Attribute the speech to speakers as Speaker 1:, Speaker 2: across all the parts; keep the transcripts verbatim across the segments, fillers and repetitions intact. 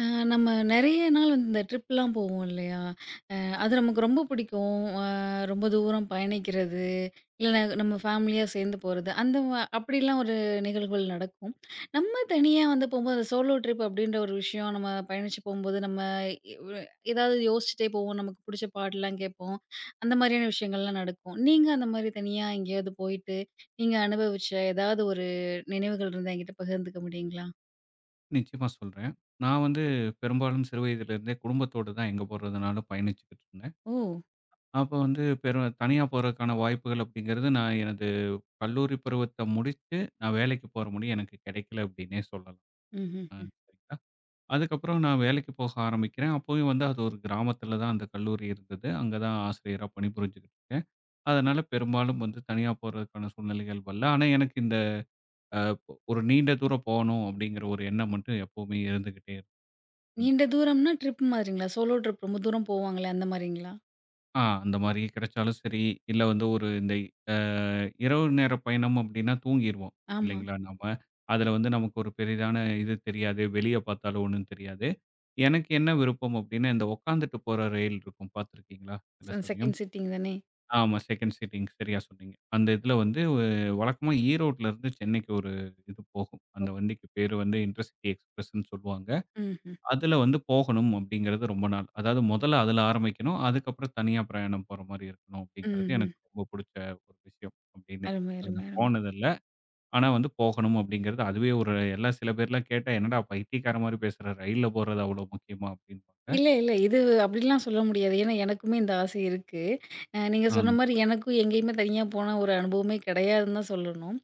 Speaker 1: ஆ, நம்ம நெறைய நாள் வந்து இந்த ட்ரிப்லாம் போவோம் இல்லையா? அது நமக்கு ரொம்ப பிடிக்கும். அ ரொம்ப தூரம் பயணிக்கிறது, இல்ல நம்ம ஃபேமிலியா சேர்ந்து போறது, அந்த வ அப்படிலாம் ஒரு நிகழ்வுகள் நடக்கும். நம்ம தனியா வந்து போம்போது அந்த சோலோ ட்ரிப் அப்படின்ற ஒரு விஷயம் நம்ம பயணிச்சு போம்போது, நம்ம எவ் ஏதாவது யோசிச்சுட்டே போவோம். நமக்கு புடிச்ச பாட்டெல்லாம் கேட்போம். அந்த மாதிரியான விஷயங்கள்லாம் நடக்கும். நீங்க அந்த மாரி தனியா எங்கேயாவது போயிட்டு, நீங்க அனுபவிச்ச ஏதாவது ஒரு நினைவுகள் இருந்தா என்கிட்ட பகிர்ந்துக்க முடியுங்களா?
Speaker 2: நிச்சயமா சொல்றேன். நான் வந்து பெரும்பாலும் சிறு வயதிலிருந்தே குடும்பத்தோட தான் எங்க போறதுனாலும் பயணிச்சுக்கிட்டு இருந்தேன்.
Speaker 1: ஓ!
Speaker 2: அப்போ வந்து பெரும் தனியா போறதுக்கான வாய்ப்புகள் அப்படிங்கிறது நான் எனது கல்லூரி பருவத்த முடிச்சு, நான் வேலைக்கு போற முடியும் எனக்கு கிடைக்கல அப்படின்னே சொல்லலாம். அ
Speaker 1: ம்ஹ்ம்.
Speaker 2: சரிங்களா. அதுக்கப்புறம் நான் வேலைக்கு போக ஆரம்பிக்கிறேன். அப்பயும் வந்து அது ஒரு கிராமத்தில தான் அந்த கல்லூரி இருந்தது. அங்க தான் ஆசிரியரா பணிபுரிஞ்சுகிட்டு இருக்கேன். அதனால பெரும்பாலும் வந்து தனியா போறதுக்கான சூழ்நிலைகள் வரல. ஆனா எனக்கு இந்த அ ஒரு நீண்ட தூரம் போணும் அப்படிங்கிற ஒரு எண்ணம் மட்டும் எப்பவுமே இருந்துகிட்டே இருந்தது.
Speaker 1: நீண்ட தூரம்னா ட்ரிப் மாதிரிங்களா? சோலோ ட்ரிப் ரொம்ப தூரம் போவாங்களே அந்த மாரிங்களா?
Speaker 2: ஆ அந்த மாரி கிடைச்சாலும் சரி, இல்ல வந்து ஒரு இந்த அ இரவு நேர பயணம் அப்படின்னா தூங்கிருவோம்
Speaker 1: ஆமா.
Speaker 2: இல்லைங்களா நாம. அதுல வந்து நமக்கு ஒரு பெரிதான இது தெரியாது. வெளிய பார்த்தாலும் ஒண்ணும் தெரியாது. எனக்கு என்ன விருப்பம் அப்படின்னா, இந்த உட்காந்துட்டு போற ரயில் இருக்கும் பார்த்துருக்கீங்களா? சில
Speaker 1: செ
Speaker 2: சமயம்.
Speaker 1: செகண்ட் சிட்டிங் தானே.
Speaker 2: ஆமா, செகண்ட் சீட்டிங் சரியா சொன்னீங்க. அந்த இதுல வந்து வழக்கமா ஈரோட்ல இருந்து சென்னைக்கு ஒரு இது போகும். அந்த வண்டிக்கு பேரு வந்து இன்டர்சிட்டி எக்ஸ்பிரஸ்ன்னு சொல்லுவாங்க.
Speaker 1: ம்ஹ்ம்.
Speaker 2: அதுல வந்து போகணும் அப்படிங்கிறது ரொம்ப நாள். அதாவது முதல்ல அதுல ஆரம்பிக்கணும். அதுக்கப்புறம் தனியா பிரயாணம் போற மாரி இருக்கணும் அப்படிங்கிறது
Speaker 1: ம்ஹ்ம்.
Speaker 2: எனக்கு ரொம்ப புடிச்ச ஒரு விஷயம் அப்படின்னு.
Speaker 1: அருமை,
Speaker 2: அது
Speaker 1: அருமை,
Speaker 2: நான்
Speaker 1: அருமை.
Speaker 2: போனதில்ல. ஆனா வந்து போகணும் அப்படிங்கிறது அதுவே ஒரு எல்லாம். சில பேர்லாம் கேட்டா, "என்னடா பைத்தியக்கார மாரி பேசுற! ரயில்ல போறது அவ்வளோ முக்கியமா?" அப்படிம்பாங்க.
Speaker 1: இல்ல, இல்ல. இது அப்படிலாம் சொல்ல முடியாது. ஏன்னா எனக்குமே இந்த ஆசை இருக்கு. அ நீங்க
Speaker 2: ஆ
Speaker 1: சொன்ன மாரி எனக்கும் எங்கேயுமே தனியா போன ஒரு அனுபவமே கிடையாதுன்னு தான் சொல்லணும்.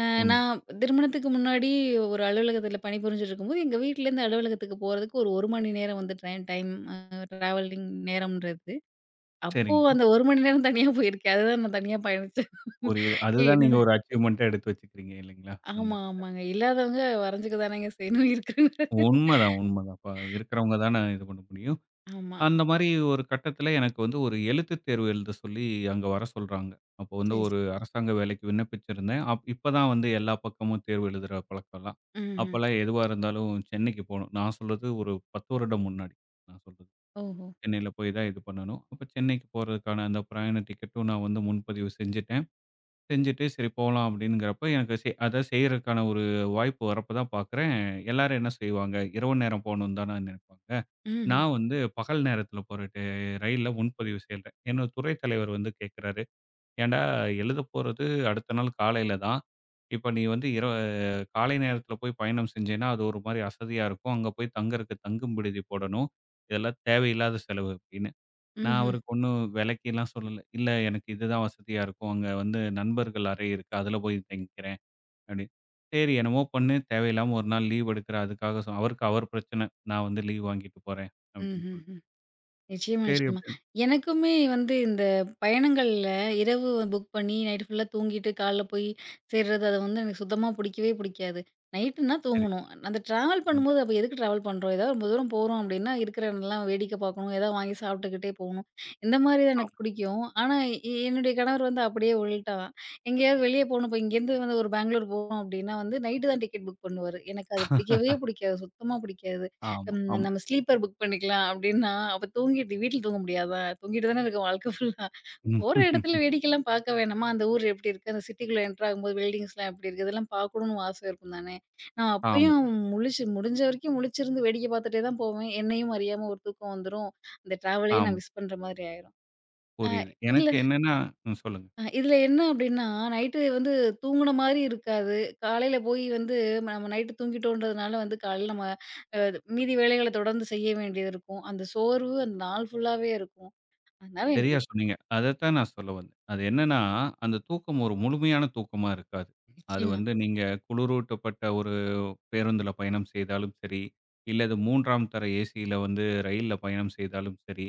Speaker 1: அ
Speaker 2: உண்மை.
Speaker 1: நான் திருமணத்துக்கு முன்னாடி ஒரு அலுவலகத்தில பணிபுரிஞ்சுட்டு இருக்கும்போது, எங்க வீட்லேருந்து அலுவலகத்துக்கு போறதுக்கு ஒரு 1 மணி நேரம் வந்து ட்ரெயின் டைம் அ ட்ராவலிங் நேரம்ன்றது. அப்போ
Speaker 2: சரிங்க.
Speaker 1: அந்த ஒரு மணி நேரம் தனியா போயிருக்கேன். அதுதான் நான் தனியா பயணிச்சேன்.
Speaker 2: புரியுது.
Speaker 1: ஏ,
Speaker 2: அதுதான் நீங்க
Speaker 1: என்னோட
Speaker 2: ஒரு அச்சீவ்மென்ட்டா எடுத்து வச்சுக்கிறீங்க இல்லைங்களா? அந்த
Speaker 1: ஆமா, ஆமாங்க. இல்லாதவங்க வரைஞ்சுக்க தானங்க செய்யணும் இருக்குங்க.
Speaker 2: உண்மதான், உண்மதான். இப்ப இருக்கிறவங்க தானே இது பண்ண முடியும்.
Speaker 1: ஆமா.
Speaker 2: அந்த மாரி ஒரு கட்டத்தில எனக்கு வந்து ஒரு எழுத்துத் தேர்வு எழுத சொல்லி அங்க வர சொல்றாங்க. அப்போ வந்து
Speaker 1: சரி,
Speaker 2: ஒரு
Speaker 1: சரி.
Speaker 2: அரசாங்க வேலைக்கு விண்ணப்பிச்சிருந்தேன். அப் இப்ப தான் வந்து எல்லா பக்கமும் தேர்வு எழுதுற பழக்கம்லாம்.
Speaker 1: ம்ஹ்ம்.
Speaker 2: அப்பலாம் எதுவா இருந்தாலும் சென்னைக்கு போணும். நான் சொல்றது ஒரு பத்து வருடம் முன்னாடி நான் சொல்றது.
Speaker 1: ஓஹோ!
Speaker 2: சென்னையில போய் தான் இது பண்ணணும். அப்ப சென்னைக்கு போறதுக்கான அந்த பிரயாண டிக்கெட்டும் நான் வந்து முன்பதிவு செஞ்சுட்டேன். செஞ்சுட்டு, "சரி போலாம்" அப்படிங்கிறப்ப, எனக்கு செ அத செய்றதுக்கான ஒரு வாய்ப்பு வரப்ப தான் பார்க்குறேன், எல்லாரும் என்ன செய்வாங்க, இரவு நேரம் போகணும்னு தான நினைப்பாங்க.
Speaker 1: ம்ஹ்ம்.
Speaker 2: நான் வந்து பகல் நேரத்தில போற ட ரயில்ல முன்பதிவு செய்றேன். என்னோட துறை தலைவர் வந்து கேட்குறாரு, "ஏன்டா எழுத போறது அடுத்த நாள் காலையில தான். இப்ப நீ வந்து இரவு காலை நேரத்தில போய் பயணம் செஞ்சேன்னா, அது ஒரு மாரி அசதியா இருக்கும். அங்க போய் தங்குறதுக்கு தங்கும் விடுதி போடணும். இதெல்லாம் தேவையில்லாத செலவு" அப்படின்னு. நான்
Speaker 1: ம்ஹ்ம்.
Speaker 2: அவருக்கு ஒண்ணும் விலைக்கிலாம் சொல்லல. "இல்ல எனக்கு இதுதான் வசதியா இருக்கும். அங்க வந்து நண்பர்கள் அறை இருக்கு. அதுல போய் தங்கிக்கிறேன்" அப்படின்னு. சரி என்னமோ பண்ணு. தேவையில்லாம ஒரு நாள் லீவ் எடுக்குற அதுக்காக சொ அவருக்கு அவர் பிரச்சனை. நான் வந்து லீவ் வாங்கிட்டு போறேன் அப்படின்னு சொல்லிட்டு.
Speaker 1: ம்ஹ்ம். நிச்சயமா,
Speaker 2: சரி
Speaker 1: நிச்சயமா.
Speaker 2: அப்படின்னு.
Speaker 1: எனக்குமே வந்து இந்த பயணங்கள்ல இரவு புக் பண்ணி நைட் ஃபுல்லா தூங்கிட்டு காலைல போய் சேர்றது அது வந்து எனக்கு சுத்தமா புடிக்கவே புடிக்காது. நைட்டுனா
Speaker 2: சரி.
Speaker 1: தூங்கணும். அந்த ட்ராவல்
Speaker 2: ம்.
Speaker 1: பண்ணும்போது அப்ப எதுக்கு ட்ராவல் பண்றோம்? ஏதாவது ரொம்ப தூரம் போறோம் அப்டின்னா, இருக்கிற இடம்லாம் வேடிக்கை பார்க்கணும். ஏதாவது வாங்கி சாப்பிட்டுக்கிட்டே போகணும். இந்த மாரி தான் எனக்கு
Speaker 2: ஆமா,
Speaker 1: புடிக்கும். ஆனா எ என்னுடைய கணவர் வந்து அப்படியே உள்டா. எங்கேயாவது வெளியே போகணும். இப்போ இங்கேருந்து வந்து ஒரு பெங்களூர் போறோம் அப்டின்னா வந்து நைட்டு தான் டிக்கெட் புக் பண்ணுவாரு. எனக்கு அது பிடிக்கவே பிடிக்காது. சுத்தமா பிடிக்காது.
Speaker 2: ஆமா,
Speaker 1: ம்.
Speaker 2: ஆமா.
Speaker 1: நம்ம ஸ்லீப்பர் புக் பண்ணிக்கலாம் அப்டின்னா, அப்ப தூங்கிட்டு வீட்ல தூங்க முடியாதா? தூங்கிட்டு தானே இருக்கோம் வாழ்க்கை ஃபுல்லா.
Speaker 2: ம்.
Speaker 1: போற இடத்துல வேடிக்கைலாம் பார்க்க வேணாமா? அந்த ஊர் எப்டி இருக்கு? அந்த சிட்டிக்குள்ள என்டர் ஆகும்போது பில்டிங்ஸ்லாம் எப்டி இருக்கு? இதெல்லாம் பார்க்கணும்னு ஆசை இருக்கும் தானே! நான்
Speaker 2: ஆமா,
Speaker 1: அப்பயும் முழிச்சு முடிஞ்ச வரைக்கும் முழிச்சிருந்து வேடிக்கை பார்த்துட்டே தான் போவேன். என்னையும் அறியாம ஒரு தூக்கம் வந்துரும். அந்த ட்ராவலையே
Speaker 2: ஆமா.
Speaker 1: நான் மிஸ் பண்ற மாதிரி ஆயிரும். அ
Speaker 2: புரியுது.
Speaker 1: இதுல
Speaker 2: எனக்கு என்னன்னா ம், சொல்லுங்க.
Speaker 1: அ இதுல என்ன அப்டின்னா, நைட்டு வந்து தூங்குன மாரி இருக்காது. காலையில போய் வந்து நம்ம நைட்டு தூங்கிட்டோன்றதுனால வந்து காலையில நம்ம அ மீதி வேலைகள தொடர்ந்து செய்ய வேண்டியது இருக்கும். அந்த சோர்வு அந்த நாள் ஃபுல்லாவே இருக்கும். அதனால ம்.
Speaker 2: சரியா
Speaker 1: எனக்கு
Speaker 2: சொன்னீங்க. அதத்தான் நான் சொல்ல வந்தேன். அது என்னன்னா, அந்த தூக்கம் ஒரு முழுமையான தூக்கமா இருக்காது. அது
Speaker 1: நிச்சயமா.
Speaker 2: வந்து நீங்க குளிரூட்டப்பட்ட ஒரு பேருந்துல பயணம் செய்தாலும் சரி, இல்ல இது 3ஆம் தர ஏசியில வந்து ரயில்ல பயணம் செய்தாலும் சரி,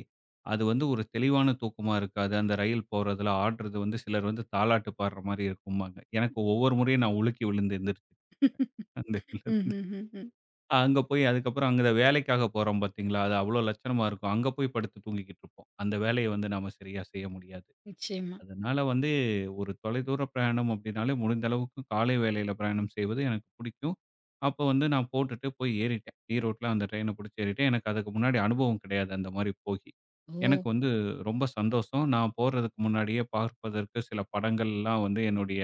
Speaker 2: அது வந்து ஒரு தெளிவான தூக்கமா இருக்காது. அந்த ரயில் போறதுல ஆடுறது வந்து சிலர் வந்து தாலாட்டு பாடுற மாரி இருக்கும்பாங்க. எனக்கு ஒவ்வொரு முறையும் நான் உலுக்கி விழுந்து எந்திரிச்சுருக்கேன். அந்த இதுல இருந்து.
Speaker 1: ம்ஹ்ஹ்ஹ்ம்.
Speaker 2: அங்க போய் அதுக்கப்புறம் அங்க வேலைக்காக போறோம் பார்த்தீங்களா, அது அவ்வளோ லட்சணமா இருக்கும். அங்க போய் படுத்து தூங்கிக்கிட்டு இருப்போம். அந்த வேலைய வந்து நாம சரியா செய்ய முடியாது.
Speaker 1: நிச்சயமா.
Speaker 2: அதனால வந்து ஒரு தொலைதூர பிரயாணம் அப்படின்னாலே முடிந்த அளவுக்கு காலை வேளையில பிரயாணம் செய்வது எனக்கு பிடிக்கும். அப்போ வந்து நான் போட்டுட்டு போய் ஏறிட்டேன். ஈரோட்ல அந்த ட்ரெயின பிடிச்சு ஏறிட்டேன். எனக்கு அதுக்கு முன்னாடி அனுபவம் கிடையாது அந்த மாரி போகி.
Speaker 1: ஓ!
Speaker 2: எனக்கு வந்து ரொம்ப சந்தோஷம். நான் போறதுக்கு முன்னாடியே பார்ப்பதற்கு சில படங்கள்லாம் வந்து என்னுடைய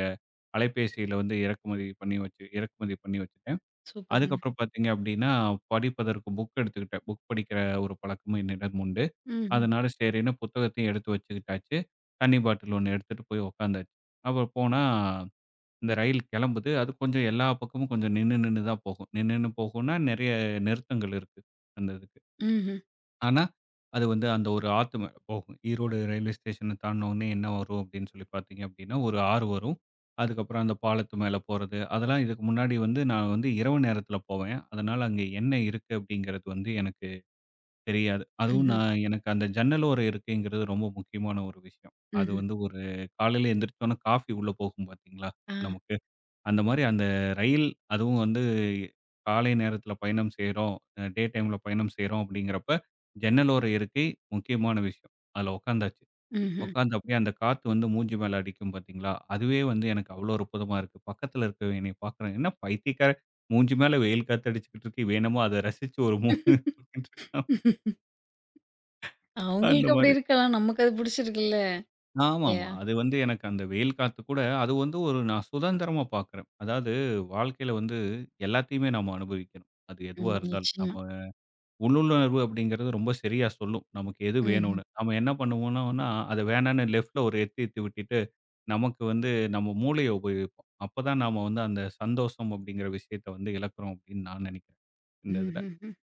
Speaker 2: அலைபேசியில வந்து இறக்குமதி பண்ணி வச்சு இறக்குமதி பண்ணி வச்சுட்டேன்.
Speaker 1: சூப்பருங்க.
Speaker 2: அதுக்கப்புறம் பார்த்தீங்க அப்படின்னா, படிப்பதற்கு புக் எடுத்துக்கிட்டேன். புக் படிக்கிற ஒரு பழக்கமும் என்னிடம் உண்டு.
Speaker 1: ம்ஹ்ம்.
Speaker 2: அதனால சரின்னு புத்தகத்தையும் எடுத்து வச்சுக்கிட்டாச்சு. தண்ணி பாட்டில் ஒண்ணு எடுத்துட்டு போய் உட்காந்தாச்சு. அப்ப போனா, இந்த ரயில் கிளம்புது. அது கொஞ்சம் எல்லா பக்கமும் கொஞ்சம் நின்னு நின்னு தான் போகும். நின்னு நின்னு போகும்னா நெறைய நிறுத்தங்கள் இருக்கு, அந்த இதுக்கு.
Speaker 1: ம்ஹ்ம்.
Speaker 2: ஆனா, அது வந்து அந்த ஒரு ஆத்து மேல போகும். ஈரோடு ரயில்வே ஸ்டேஷன தாண்டுன உடனே என்ன வரும் அப்படின்னு சொல்லி பார்த்தீங்க அப்படின்னா, ஒரு ஆறு வரும். அதுக்கப்புறம் அந்த பாலத்து மேல போறது. அதெல்லாம் இதுக்கு முன்னாடி வந்து நான் வந்து இரவு நேரத்தில போவேன். அதனால அங்க என்ன இருக்கு அப்படிங்கிறது வந்து எனக்கு தெரியாது. அதுவும்
Speaker 1: ம்ஹ்ம்.
Speaker 2: நான் எனக்கு அந்த ஜன்னல் ஓரம் இருக்கைங்கிறது ரொம்ப முக்கியமான ஒரு விஷயம். அது
Speaker 1: ம்ஹ்ம்.
Speaker 2: வந்து ஒரு காலையில எந்திரிச்சோன காஃபி உள்ள போகும் பார்த்தீங்களா,
Speaker 1: ஆ.
Speaker 2: நமக்கு. அந்த மாரி அந்த ரயில் அதுவும் வந்து காலை நேரத்தில பயணம் செய்றோம், அ டே டைம்ல பயணம் செய்றோம் அப்படிங்கிறப்ப, ஜன்னல் ஓர இருக்கை முக்கியமான விஷயம். அதில உட்காந்தாச்சு.
Speaker 1: ம்ஹ்ம்.
Speaker 2: உட்காந்து அப்படியே அந்த காத்து வந்து மூஞ்சி மேல அடிக்கும் பார்த்தீங்களா, அதுவே வந்து எனக்கு அவ்வளோ அற்புதமா இருக்கு. பக்கத்தில இருக்கவன் என்னைய பார்க்குறான். "என்ன பைத்தியக்காரன் மூஞ்சி மேல வெயில் காத்து அடிச்சுக்கிட்டு இருக்கு. இவன் என்னமோ அத ரசிச்சு ஒரு மூ" அந்த
Speaker 1: அவங்களுக்கு அப்படி
Speaker 2: மாரி.
Speaker 1: இருக்கலாம். நமக்கு அது புடிச்சிருக்குல்ல.
Speaker 2: ஆமாமா.
Speaker 1: இல்லையா?
Speaker 2: அது வந்து எனக்கு அந்த வெயில் காத்து கூட அது வந்து ஒரு நான் சுதந்திரமா பார்க்குறேன். அதாவது வாழ்க்கையில வந்து எல்லாத்தையுமே நம்ம அனுபவிக்கணும். அது
Speaker 1: ம்.
Speaker 2: எதுவா இருந்தாலும்.
Speaker 1: நிச்சயமா.
Speaker 2: நம்ம உள்ளுணர்வு அப்படிங்கிறது ரொம்ப சரியா சொல்லும். நமக்கு எது
Speaker 1: ம்ஹ்ம்.
Speaker 2: வேணும்னு. நம்ம என்ன பண்ணுவோம்னா, அது வேணான்னு லெஃப்ட்ல ஒரு எத்து எத்தி விட்டுட்டு, நமக்கு வந்து நம்ம மூளைய உபயோகிப்போம். அப்பதான் நாம வந்து அந்த சந்தோஷம் அப்படிங்கிற விஷயத்த வந்து இழக்கிறோம் அப்படின்னு நான் நினைக்கிறேன். இந்த இதுல.
Speaker 1: ம்ஹ்ஹ்ம்.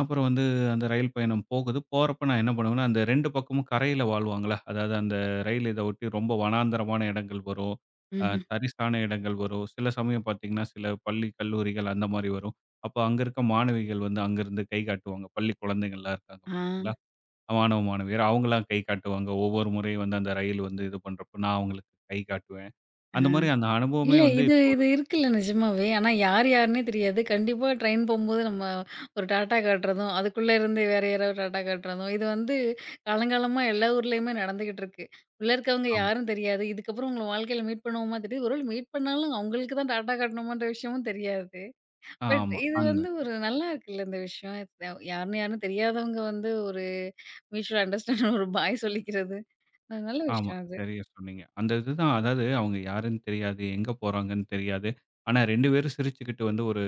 Speaker 2: அப்புறம் வந்து அந்த ரயில் பயணம் போகுது. போறப்ப நான் என்ன பண்ணுவேன்னா, அந்த இரண்டு பக்கமும் கரையில வாழ்வாங்கள்ல. அதாவது அந்த ரயில் இத ஒட்டி ரொம்ப வனாந்தரமான இடங்கள் வரும். அ
Speaker 1: ம்ஹ்ம்.
Speaker 2: தரிசான இடங்கள் வரும். சில சமயம் பார்த்தீங்கன்னா, சில பள்ளி, கல்லூரிகள் அந்த மாரி வரும். அப்போ அங்க இருக்க மாணவிகள் வந்து அங்கருந்து கை காட்டுவாங்க. பள்ளி குழந்தைங்கள்லாம் இருக்காங்க
Speaker 1: ஆ.
Speaker 2: பார்த்தீங்களா? மாணவ, மாணவியர் அவங்கலாம் கை காட்டுவாங்க. ஒவ்வொரு முறையும் வந்து அந்த ரயில் வந்து இது பண்றப்போ, நான் அவங்களுக்கு கை காட்டுவேன்.
Speaker 1: ஆ.
Speaker 2: அந்த மாரி அந்த அனுபவமே
Speaker 1: இல்ல.
Speaker 2: வந்து
Speaker 1: இது
Speaker 2: இப்போ ஒரு
Speaker 1: இது இருக்குல்ல நிஜமாவே. ஆனா யார் யாருன்னே தெரியாது. கண்டிப்பா ட்ரெயின் போம்போது நம்ம ஒரு டாட்டா காட்டுறதும், அதுக்குள்ள இருந்து வேற யாராவது டாட்டா காட்டுறதும், இது வந்து காலங்காலமா எல்லா ஊர்லயுமே நடந்துகிட்டு இருக்கு. உள்ள இருக்கவங்க
Speaker 2: ஆமா,
Speaker 1: யாரும் தெரியாது. இதுக்கப்புறம் உங்கள வாழ்க்கையில மீட் பண்ணுவோமா தெரியாது. ஒருவேள மீட் பண்ணாலும் அவங்களுக்கு தான் டாட்டா காட்டணுமான்ற விஷயமும் தெரியாது. பட்
Speaker 2: ஆமா.
Speaker 1: இது
Speaker 2: அந்த
Speaker 1: வந்து ஒரு நல்லா இருக்குல்ல இந்த விஷயம். இது யாருன்னு யாருன்னு தெரியாதவங்க வந்து ஒரு மியூச்சுவல் அண்டர்ஸ்டாண்டிங் ஒரு பாய் சொல்லிக்கிறது. அது நல்ல
Speaker 2: ஆமா.
Speaker 1: விஷயம் அது.
Speaker 2: சரியா சொன்னீங்க. அந்த இதுதான். அதாவது அவங்க யாருன்னு தெரியாது, எங்க போறாங்கன்னு தெரியாது. ஆனா ரெண்டு பேரும் சிரிச்சுக்கிட்டு வந்து ஒரு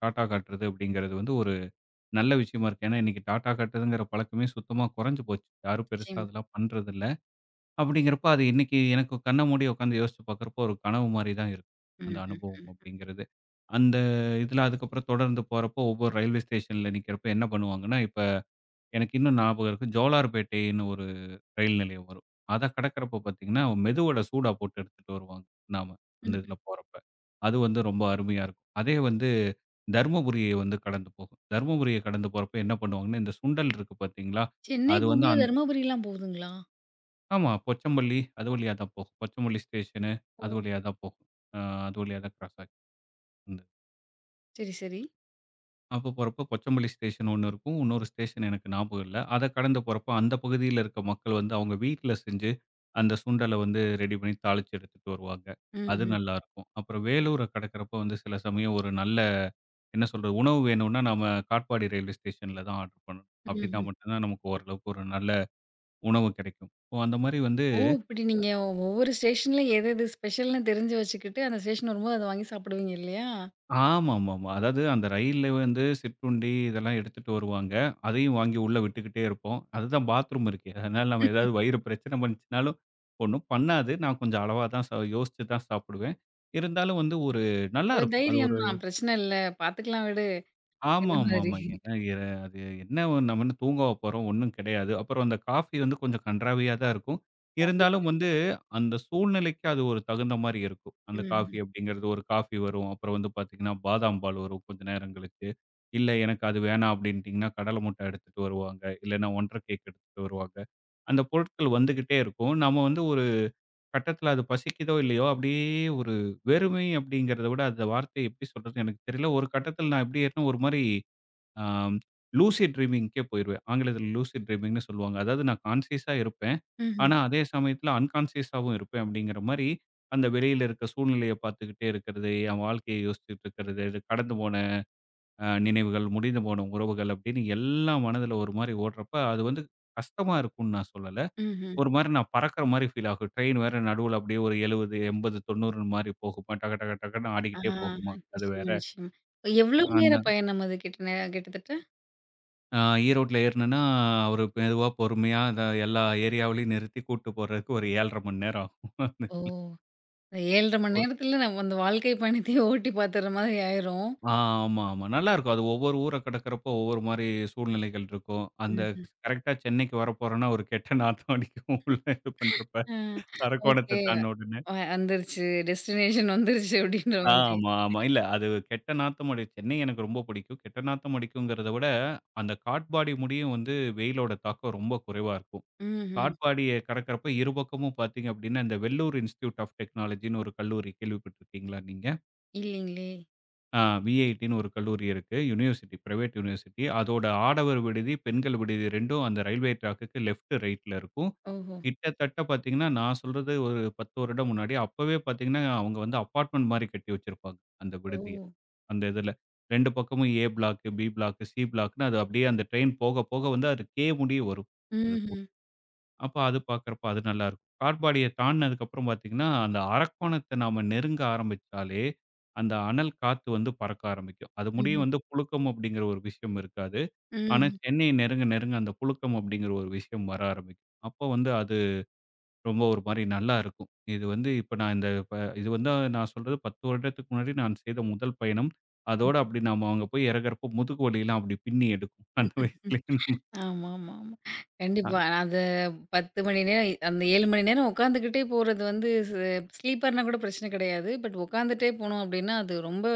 Speaker 2: டாட்டா காட்டுறது அப்படிங்கிறது வந்து ஒரு நல்ல விஷயமா இருக்கு. ஏன்னா இன்னைக்கு டாட்டா காட்டுறதுங்கிற பழக்கமே சுத்தமா குறைஞ்சு போச்சு. யாரும் பெருசா
Speaker 1: நிச்சயமா.
Speaker 2: அதெல்லாம் பண்றதில்ல. அப்படிங்கிறப்ப அது இன்னைக்கு எனக்கு கண்ண மூடி உட்காந்து யோசிச்சு பார்க்குறப்போ ஒரு கனவு மாரி தான் இருக்கு. அந்த
Speaker 1: ம், ம்,
Speaker 2: அனுபவம்
Speaker 1: ம்.
Speaker 2: அப்படிங்கிறது. அந்த இதுல அதுக்கப்புறம் தொடர்ந்து போறப்போ ஒவ்வொரு ரயில்வே ஸ்டேஷன்ல நிக்கிறப்ப என்ன பண்ணுவாங்கன்னா, இப்ப எனக்கு இன்னும் ஞாபகம் இருக்கு. ஜோலார்பேட்டைன்னு ஒரு ரயில் நிலையம் வரும். அத கடக்கிறப்போ பார்த்தீங்கன்னா, மெது வடை சூடா போட்டு எடுத்துட்டு வருவாங்க நாம. அந்த
Speaker 1: ம்ஹ்ம்.
Speaker 2: இதுல போறப்ப. அது வந்து ரொம்ப அருமையா இருக்கும். அதே வந்து தர்மபுரிய வந்து கடந்து போகும். தர்மபுரிய கடந்து போறப்ப என்ன பண்ணுவாங்கன்னா, இந்த சுண்டல் இருக்கு பார்த்தீங்களா?
Speaker 1: சென்னை
Speaker 2: அது வந்து
Speaker 1: போகும்போது
Speaker 2: அந்த
Speaker 1: தர்மபுரிலாம் போகுதுங்களா?
Speaker 2: ஆமா. கொச்சம்பள்ளி அது வழியா தான் போகும். கொச்சம்பள்ளி ஸ்டேஷனு அது வழியா தான் போகும். அ அது வழியா தான் கிராஸ் ஆகி
Speaker 1: சரி, சரி.
Speaker 2: அப்ப போறப்ப கொச்சம்பள்ளி ஸ்டேஷன் ஒண்ணு இருக்கும். இன்னொரு ஸ்டேஷன் எனக்கு ஞாபகம் இல்ல. அத கடந்து போறப்ப அந்த பகுதியில இருக்க மக்கள் வந்து அவங்க வீட்ல செஞ்சு, அந்த சுண்டல வந்து ரெடி பண்ணி தாளிச்சு எடுத்துட்டு வருவாங்க. அது
Speaker 1: ம்ஹ்ம்.
Speaker 2: நல்லாருக்கும். அப்புறம் வேலூர கடக்கிறப்ப வந்து சில சமயம் ஒரு நல்ல என்ன சொல்றது? உணவு வேணும்னா நாம காட்பாடி ரயில்வே ஸ்டேஷன்ல தான் ஆர்டர் பண்ணணும். அப்படின்னா
Speaker 1: ம்ஹ்ம்.
Speaker 2: மட்டும் தான் நமக்கு ஓரளவுக்கு ஒரு நல்ல உணவு கிடைக்கும். ஸோ அந்த மாரி வந்து
Speaker 1: ஓ! இப்படி நீங்க ஒவ்வொரு ஸ்டேஷன்ல எது எது ஸ்பெஷல்ன்னு தெரிஞ்சு வச்சுக்கிட்டு, அந்த ஸ்டேஷன் வரும்போது அத வாங்கி சாப்பிடுவீங்க இல்லையா?
Speaker 2: ஆமாமாமா. அதாவது அந்த ரயில்ல வந்து சிற்றுண்டி இதெல்லாம் எடுத்துட்டு வருவாங்க. அதையும் வாங்கி உள்ள விட்டுக்கிட்டே இருப்போம். அதுதான் பாத்ரூம் இருக்கே. அதனால நம்ம ஏதாவது வயிறு பிரச்சனை பண்ணுச்சுனாலும் ஒண்ணும் பண்ணாது. நான் கொஞ்சம் அளவா தான் ச யோசிச்சு தான் சாப்பிடுவேன். இருந்தாலும் வந்து ஒரு
Speaker 1: ஒரு
Speaker 2: நல்லாருக்கும். அது
Speaker 1: தைரியம்
Speaker 2: ஒரு
Speaker 1: தான். பிரச்சனை இல்ல. பார்த்துக்கலாம் விடு
Speaker 2: ஆமா,
Speaker 1: அப்படின்ற
Speaker 2: ஆமா,
Speaker 1: மாரி.
Speaker 2: ஆமா. ஏன்னா எ அது என்ன ஒண்ணு, நம்ம என்ன தூங்கவா போறோம்? ஒண்ணும் கிடையாது. அப்புறம் அந்த காஃபி வந்து கொஞ்சம் கண்றாவியா தான் இருக்கும். இருந்தாலும் வந்து அந்த சூழ்நிலைக்கு அது ஒரு தகுந்த மாரி இருக்கும். அந்த
Speaker 1: ம்ஹ்ம்.
Speaker 2: காஃபி அப்படிங்கிறது ஒரு காஃபி வரும். அப்புறம் வந்து பார்த்தீங்கன்னா, பாதாம் பால் வரும் கொஞ்ச நேரம் கழிச்சு. இல்ல எனக்கு அது வேணாம் அப்படின்ட்டீங்கன்னா, கடல முட்டை எடுத்துட்டு வருவாங்க. இல்லைன்னா ஒன்றரை கேக் எடுத்துட்டு வருவாங்க. அந்த பொருட்கள் வந்துகிட்டே இருக்கும். நம்ம வந்து ஒரு கட்டத்தில அது பசிக்குதோ இல்லையோ, அப்படியே ஒரு வெறுமை அப்படிங்கிறத விட அந்த வார்த்தைய எப்படி சொல்றதுன்னு எனக்கு தெரியல. ஒரு கட்டத்தில நான் எப்படி ஆயிட்டேன்னா ஒரு மாரி ஆம் லூசிட் ட்ரீமிங்க்கே போயிருவேன். ஆங்கிலத்தில லூசிட் ட்ரீமிங்ன்னு சொல்லுவாங்க. அதாவது நான் கான்ஷியஸா இருப்பேன்.
Speaker 1: ம்ஹ்ம்.
Speaker 2: ஆனா, அதே சமயத்தில அன்கான்ஷியஸாவும் இருப்பேன் அப்படிங்கிற மாரி, அந்த வெளியில இருக்க சூழ்நிலைய பார்த்துக்கிட்டே இருக்கிறது, என் வாழ்க்கைய யோசிச்சுட்டு இருக்கிறது, இது கடந்து போன அ நினைவுகள், முடிந்து போன உறவுகள் அப்படின்னு எல்லாம் மனதில ஒரு மாரி ஓடுறப்ப, அது வந்து கஷ்டமா இருக்கும்ன்னு நான் சொல்லல.
Speaker 1: ம்ஹ்ம்.
Speaker 2: ஒரு மாரி நான் பறக்கிற மாரி ஃபீல் ஆகும். ட்ரெயின் வேற நடுவுல அப்படியே ஒரு எழுபது, எண்பது, தொண்ணூறு மாரி போகுமா, டக டக டகன்னு
Speaker 1: ஆ
Speaker 2: ஆடிக்கிட்டே போகுமா, அது வேற.
Speaker 1: நிச்சயமா, நிச்சயமா. எவ்வளவு நேர பயணம் அது கிட்ட நே கிட்டத்தட்ட?
Speaker 2: ஆ ஈரோட்ல ஏறுனேன்னா, அவரு மெதுவா பொறுமையா அந்த எல்லா ஏரியாவிலயும் நிறுத்தி கூட்டு போறதுக்கு ஒரு ஏழரை மணி நேரம் ஆகும். அது.
Speaker 1: ஓ! ஏழு அரை மணி
Speaker 2: ஓ.
Speaker 1: நேரத்துல நம்ம அந்த வாழ்க்கை பயணத்தையே ஓட்டி பார்த்துடுற மாதிரி ஆயிரும்.
Speaker 2: ஆ ஆமா, ஆமா. நல்லாருக்கும். அது ஒவ்வொரு ஊர கடக்கிறப்போ ஒவ்வொரு மாரி சூழ்நிலைகள் இருக்கும். அந்த
Speaker 1: ம்ஹ்ம்.
Speaker 2: கரெக்ட்டா சென்னைக்கு வரப்போறோம்னா, ஒரு கெட்ட நாத்தம் அடிக்கும் உள்ள இது பண்றப்ப.
Speaker 1: ஆ ஓகே.
Speaker 2: அரக்கோணத்த தாண்டுன உடனே.
Speaker 1: வ வந்துருச்சு. டெஸ்டினேஷன் வந்துருச்சு அப்படின்ற மாதிரி.
Speaker 2: ஆமா, ஆமா. இல்ல அது கெட்ட நாத்தம் அடி சென்னை எனக்கு ரொம்ப பிடிக்கும். கெட்ட நாத்தம் அடிக்குங்கிறத விட, அந்த காட் பாடி முடியும் வந்து வெயிலோட தாக்கம் ரொம்ப குறைவா இருக்கும்.
Speaker 1: ம்ஹ்ம்.
Speaker 2: காட்பாடிய கடக்கிறப்ப இருபக்கமும் பார்த்தீங்க அப்படின்னா, இந்த வெல்லூர் இன்ஸ்டிடியூட் ஆஃப் டெக்னாலஜின்னு ஒரு கல்லூரி கேள்விப்பட்டிருக்கீங்களா நீங்க?
Speaker 1: இல்லீங்களே!
Speaker 2: அ விஐடின்னு ஒரு கல்லூரி இருக்கு. University, private university. அதோட ஆடவர் விடுதி, பெண்கள் விடுதி 2ம் அந்த ரயில்வே ட்ராக்குக்கு லெஃப்ட், ரைட்ல இருக்கும்.
Speaker 1: ஓஹோ!
Speaker 2: கிட்டத்தட்ட பார்த்தீங்கன்னா, நான் சொல்றது ஒரு பத்து வருடம் முன்னாடி. அப்பவே பார்த்தீங்கன்னா, அவங்க வந்து அபார்ட்மெண்ட் மாரி கட்டி வச்சிருப்பாங்க, அந்த
Speaker 1: ஓ!
Speaker 2: விடுதிய. அந்த இதுல. ரெண்டு பக்கமும் A block, B block, C பிளாக்ன்னு அது அப்படியே அந்த ட்ரெயின் போக போக வந்து அது கே முடிய வரும். அது கூ
Speaker 1: ம்ஹ்ம்.
Speaker 2: அப்ப அது பார்க்கறப்ப அது நல்லாருக்கும். காட்பாடிய தாண்டுனதுக்கப்புறம் பார்த்தீங்கன்னா, அந்த அரக்கோணத்த நாம நெருங்க ஆரம்பிச்சாலே, அந்த அனல் காத்து வந்து பறக்க ஆரம்பிக்கும். அது முடியும்
Speaker 1: ம்ஹ்ம்.
Speaker 2: வந்து புழுக்கம் அப்படிங்கிற ஒரு விஷயம் இருக்காது. ஆனா
Speaker 1: ம்.
Speaker 2: சென்னை நெருங்க நெருங்க அந்த புழுக்கம் அப்படிங்கிற ஒரு விஷயம் வர ஆரம்பிக்கும். அப்போ வந்து அது ரொம்ப ஒரு மாரி நல்லாருக்கும். இது வந்து இப்ப நான் இந்த இப்ப இது வந்து நான் சொல்றது பத்து வருடத்துக்கு முன்னாடி நான் செய்த முதல் பயணம். அதோட அப்படி நாம அங்க போய் இறங்குறப்போ முதுகு வலிலாம் அப்படி பின்னி எடுக்கும். அந்த வயசுலயே
Speaker 1: ஆமா, ஆமா, ஆமா. கண்டிப்பா. அது பத்து மணி நேரம் அந்த ஏழு மணி நேரம் உட்காந்துக்கிட்டே போறது வந்து ஸ் ஸ்லீப்பர்னா கூட பிரச்சனை கிடையாது. பட் உட்காந்துட்டே போனோம் அப்டின்னா, அது ரொம்ப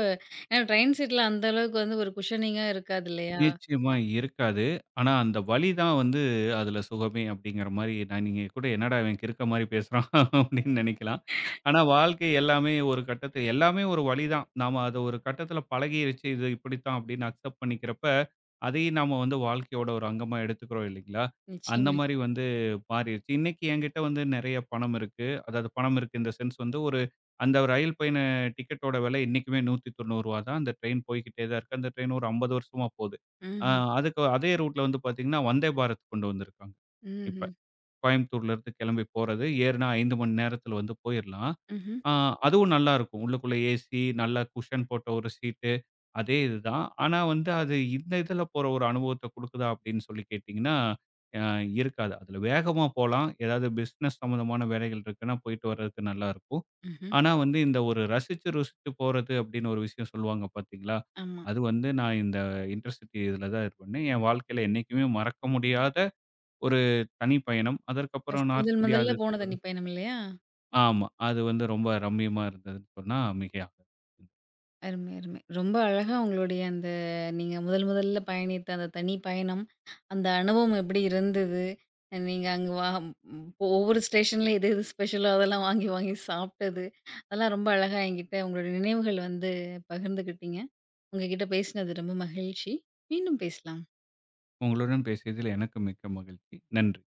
Speaker 1: ஏன்னா ட்ரெயின் சீட்ல அந்த அளவுக்கு வந்து ஒரு குஷனிங்கா இருக்காது இல்லையா?
Speaker 2: நிச்சயமா இருக்காது. ஆனா, அந்த வலி தான் வந்து அதுல சுகமே அப்படிங்கிற மாரி, நான் நீங்க கூட என்னடா இவன் கிறுக்க மாரி பேசுறான் அப்படின்னு நெனைக்கலாம். ஆனா, வாழ்க்கை எல்லாமே ஒரு கட்டத்துல எல்லாமே ஒரு வலி தான். நாம அத ஒரு கட்டத்துல பழகிருச்சு. இது இப்படித்தான் அப்படின்னு அக்செப்ட் பண்ணிக்கிறப்ப, அதையும் நாம வந்து வாழ்க்கையோட ஒரு அங்கமா எடுத்துக்கிறோம் இல்லைங்களா? அந்த
Speaker 1: நிச்சயமா,
Speaker 2: மாரி
Speaker 1: நிச்சயமா.
Speaker 2: வந்து மாறிருச்சு. இன்னைக்கு என்கிட்ட வந்து நெறைய பணம் இருக்கு. அதாவது பணம் இருக்கு இன் த சென்ஸ் வந்து ஒரு அந்த ரயில் பயண டிக்கெட்டோட விலை இன்னைக்குமே நூத்தி தொண்ணூறு ரூபாய் தான். அந்த ட்ரெயின் போய்க்கிட்டே தான் இருக்கு. அந்த ட்ரெயின் ஒரு ஐம்பது வருஷமா போது. அ
Speaker 1: ம்ஹ்ம்.
Speaker 2: அதுக்கு அதே ரூட்ல வந்து பார்த்தீங்கன்னா, வந்தே பாரத் கொண்டு வந்திருக்காங்க. இப்ப
Speaker 1: ம்ஹ்ம்.
Speaker 2: கோயம்புத்தூர்லேருந்து கிளம்பி போறது, ஏறுனா ஐந்து மணி நேரத்தில வந்து போயிரலாம்.
Speaker 1: ம்ஹ்ம்.
Speaker 2: அ அதுவும் நல்லாருக்கும். உள்ளுக்குள்ள ஏசி, நல்லா குஷன் போட்ட ஒரு சீட்டு. அதே இதுதான். ஆனா வந்து அது இந்த இதுல போற ஒரு அனுபவத்த குடுக்குதா அப்படின்னு சொல்லி கேட்டீங்கன்னா, அ இருக்காது. அதுல வேகமா போலாம். ஏதாவது பிசினஸ் சம்மந்தமான வேலைகள் இருக்குன்னா போயிட்டு வர்றதுக்கு நல்லா இருக்கும்.
Speaker 1: ம்ஹ்ம்.
Speaker 2: ஆனா வந்து இந்த ஒரு ரசிச்சு ருசிச்சு போறது அப்படின்னு ஒரு விஷயம் சொல்லுவாங்க பார்த்தீங்களா?
Speaker 1: ஆமா.
Speaker 2: அது வந்து நான் இந்த இன்டர்சிட்டி இதுல தான் இது பண்ணேன். என் வாழ்க்கையில என்னைக்குமே மறக்க முடியாத ஒரு தனி பயணம். அதற்கப்புறம்
Speaker 1: ஃபர்ஸ்ட்
Speaker 2: நார்த்
Speaker 1: முதல்
Speaker 2: இந்தியா அது
Speaker 1: முதல்ல போனது அன்னிப்பயணம் இல்லையா?
Speaker 2: ஆமா. அது வந்து ரொம்ப ரம்மியமா இருந்ததுன்னு சொன்னா மிகையாகாது.
Speaker 1: அருமை, அருமை. ரொம்ப அழகா உங்களுடைய அந்த நீங்க முதல் முதல்ல பயணித்த அந்த தனி பயணம், அந்த அனுபவம் எப்படி இருந்தது? அஹ் நீங்க அங்க வா ம், ஒவ்வொரு ஸ்டேஷன்ல எது எது ஸ்பெஷலோ அதெல்லாம் வாங்கி வாங்கி சாப்பிட்டது. அதெல்லாம் ரொம்ப அழகா என்கிட்ட உங்களுடைய நினைவுகள் வந்து பகிர்ந்துக்கிட்டீங்க. உங்ககிட்ட பேசினது ரொம்ப மகிழ்ச்சி. மீண்டும் பேசலாம்.
Speaker 2: உங்களுடன் பேசியதில் எனக்கு மிக்க மகிழ்ச்சி. நன்றி.